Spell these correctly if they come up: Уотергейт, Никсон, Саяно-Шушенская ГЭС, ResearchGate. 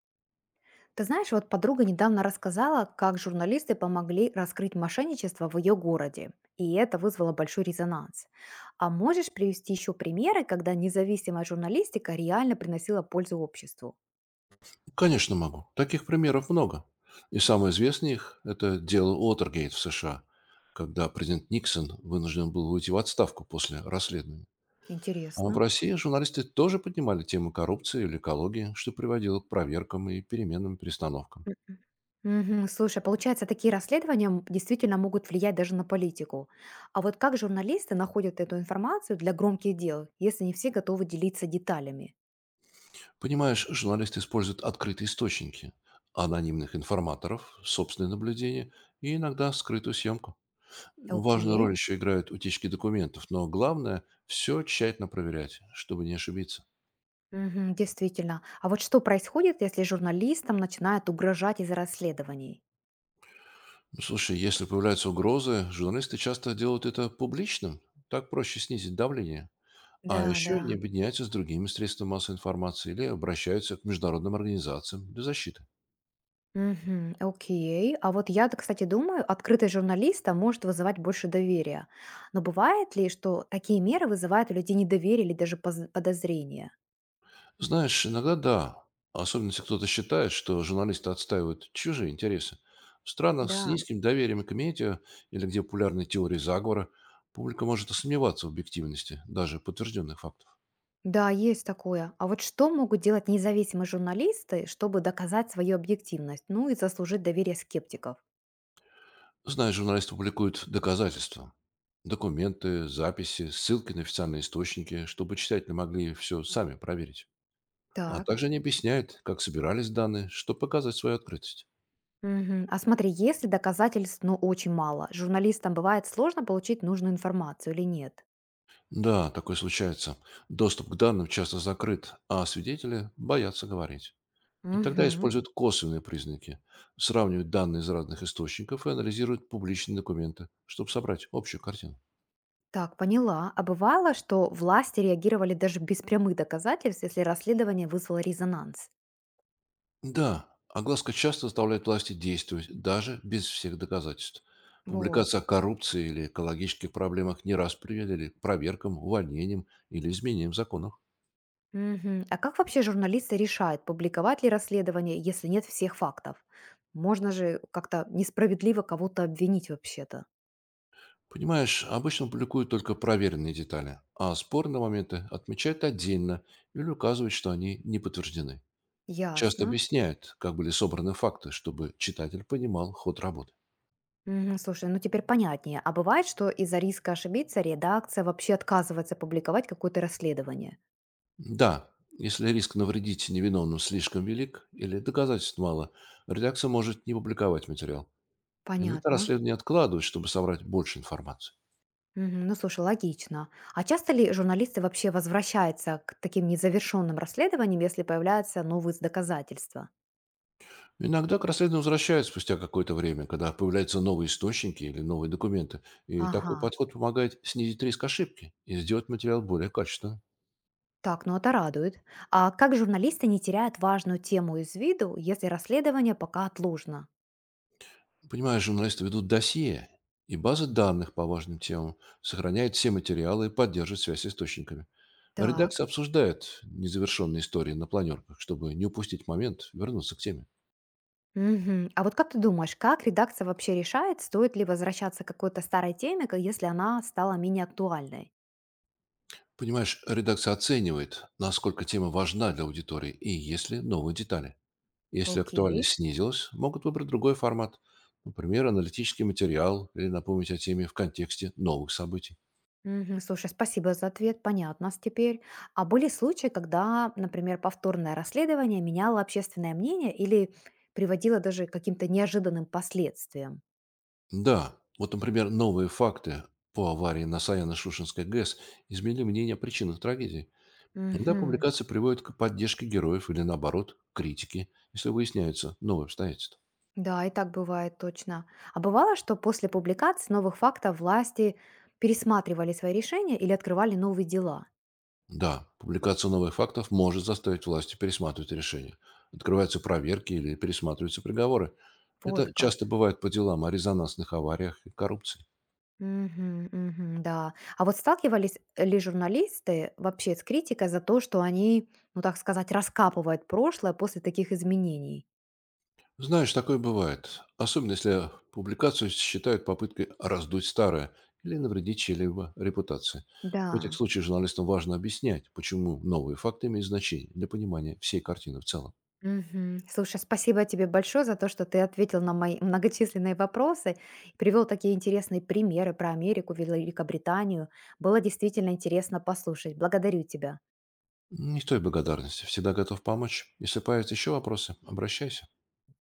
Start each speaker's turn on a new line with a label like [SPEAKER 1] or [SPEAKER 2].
[SPEAKER 1] Ты знаешь, вот подруга недавно рассказала, как журналисты помогли раскрыть мошенничество в ее городе, и это вызвало большой резонанс. А можешь привести еще примеры, когда независимая журналистика реально приносила пользу обществу?
[SPEAKER 2] Конечно, могу. Таких примеров много. И самый известный это дело Уотергейт в США, когда президент Никсон вынужден был уйти в отставку после расследования. А в
[SPEAKER 1] Интересно.
[SPEAKER 2] России журналисты тоже поднимали тему коррупции или экологии, что приводило к проверкам и переменным перестановкам.
[SPEAKER 1] Мгм. Мгм. Слушай, получается, такие расследования действительно могут влиять даже на политику. А вот как журналисты находят эту информацию для громких дел, если не все готовы делиться деталями?
[SPEAKER 2] Понимаешь, журналисты используют открытые источники, анонимных информаторов, собственные наблюдения и иногда скрытую съемку. Важную
[SPEAKER 1] Окей.
[SPEAKER 2] роль еще играют утечки документов, но главное, все тщательно проверять, чтобы не ошибиться.
[SPEAKER 1] Мгм, действительно. А вот что происходит, если журналистам начинают угрожать из-за расследований?
[SPEAKER 2] Слушай, если появляются угрозы, журналисты часто делают это публичным. Так проще снизить давление. А
[SPEAKER 1] Да,
[SPEAKER 2] еще они
[SPEAKER 1] да.
[SPEAKER 2] объединяются с другими средствами массовой информации или обращаются к международным организациям для защиты.
[SPEAKER 1] Мгм, окей. А вот я, кстати, думаю, открытость журналиста может вызывать больше доверия. Но бывает ли, что такие меры вызывают у людей недоверие или даже подозрение?
[SPEAKER 2] Знаешь, иногда да. Особенно если кто-то считает, что журналисты отстаивают чужие интересы. В странах с
[SPEAKER 1] Да.
[SPEAKER 2] низким доверием к медиа или где популярны теории заговора, публика может сомневаться в объективности даже подтвержденных фактов.
[SPEAKER 1] Да, есть такое. А вот что могут делать независимые журналисты, чтобы доказать свою объективность, ну и заслужить доверие скептиков?
[SPEAKER 2] Знаешь, журналисты публикуют доказательства, документы, записи, ссылки на официальные источники, чтобы читатели могли все сами проверить. А
[SPEAKER 1] Так.
[SPEAKER 2] также они объясняют, как собирались данные, чтобы показать свою открытость.
[SPEAKER 1] Мгм. А смотри, если доказательств, ну, очень мало, журналистам бывает сложно получить нужную информацию или нет?
[SPEAKER 2] Да, такое случается. Доступ к данным часто закрыт, а свидетели боятся говорить. И тогда
[SPEAKER 1] Мгм.
[SPEAKER 2] используют косвенные признаки, сравнивают данные из разных источников и анализируют публичные документы, чтобы собрать общую картину.
[SPEAKER 1] Так, поняла. А бывало, что власти реагировали даже без прямых доказательств, если расследование вызвало резонанс?
[SPEAKER 2] Да, огласка часто заставляет власти действовать, даже без всех доказательств.
[SPEAKER 1] Вот.
[SPEAKER 2] Публикация о коррупции или экологических проблемах не раз приводили к проверкам, увольнениям или изменениям законов.
[SPEAKER 1] Мгм. А как вообще журналисты решают, публиковать ли расследование, если нет всех фактов? Можно же как-то несправедливо кого-то обвинить вообще-то.
[SPEAKER 2] Понимаешь, обычно публикуют только проверенные детали, а спорные моменты отмечают отдельно или указывают, что они не подтверждены. Часто
[SPEAKER 1] Ясно.
[SPEAKER 2] объясняют, как были собраны факты, чтобы читатель понимал ход работы.
[SPEAKER 1] Мгм. Слушай, ну теперь понятнее. А бывает, что из-за риска ошибиться редакция вообще отказывается публиковать какое-то расследование?
[SPEAKER 2] Да, если риск навредить невиновным слишком велик или доказательств мало, редакция может не публиковать материал. Иногда
[SPEAKER 1] Понятно.
[SPEAKER 2] расследование откладывают, чтобы собрать больше информации.
[SPEAKER 1] Мгм. Ну слушай, логично. А часто ли журналисты вообще возвращаются к таким незавершенным расследованиям, если появляются новые доказательства?
[SPEAKER 2] Иногда к расследованию возвращают спустя какое-то время, когда появляются новые источники или новые документы. И
[SPEAKER 1] Ага.
[SPEAKER 2] такой подход помогает снизить риск ошибки и сделать материал более качественным.
[SPEAKER 1] Так, ну это радует. А как журналисты не теряют важную тему из виду, если расследование пока отложено?
[SPEAKER 2] Понимаешь, журналисты ведут досье, и базы данных по важным темам сохраняют все материалы и поддерживают связь с источниками. А редакция
[SPEAKER 1] Так.
[SPEAKER 2] обсуждает незавершенные истории на планерках, чтобы не упустить момент вернуться к теме.
[SPEAKER 1] Мгм. А вот как ты думаешь, как редакция вообще решает, стоит ли возвращаться к какой-то старой теме, если она стала менее актуальной?
[SPEAKER 2] Понимаешь, редакция оценивает, насколько тема важна для аудитории и есть ли новые детали. Если
[SPEAKER 1] Окей.
[SPEAKER 2] актуальность снизилась, могут выбрать другой формат, например, аналитический материал или напомнить о теме в контексте новых событий.
[SPEAKER 1] Мгм. Слушай, спасибо за ответ, понятно с теперь. А были случаи, когда, например, повторное расследование меняло общественное мнение или приводило даже к каким-то неожиданным последствиям?
[SPEAKER 2] Да, вот, например, новые факты по аварии на Саяно-Шушенской ГЭС изменили мнение о причинах трагедии. Иногда
[SPEAKER 1] Мгм.
[SPEAKER 2] публикации приводят к поддержке героев или, наоборот, к критике, если выясняются новые обстоятельства.
[SPEAKER 1] Да, и так бывает точно. А бывало, что после публикации новых фактов власти пересматривали свои решения или открывали новые дела?
[SPEAKER 2] Да, публикация новых фактов может заставить власти пересматривать решения. Открываются проверки или пересматриваются приговоры.
[SPEAKER 1] Вот
[SPEAKER 2] Это
[SPEAKER 1] как.
[SPEAKER 2] часто бывает по делам о резонансных авариях и коррупции.
[SPEAKER 1] Мгм, мгм, да. А вот сталкивались ли журналисты вообще с критикой за то, что они, ну так сказать, раскапывают прошлое после таких изменений?
[SPEAKER 2] Знаешь, такое бывает. Особенно, если публикацию считают попыткой раздуть старое или навредить чьей-либо репутации. В этих
[SPEAKER 1] Да.
[SPEAKER 2] случаях журналистам важно объяснять, почему новые факты имеют значение для понимания всей картины в целом.
[SPEAKER 1] Мгм. Слушай, спасибо тебе большое за то, что ты ответил на мои многочисленные вопросы, привел такие интересные примеры про Америку, Великобританию. Было действительно интересно послушать. Благодарю тебя.
[SPEAKER 2] Не в той благодарности. Всегда готов помочь. Если появятся еще вопросы, обращайся.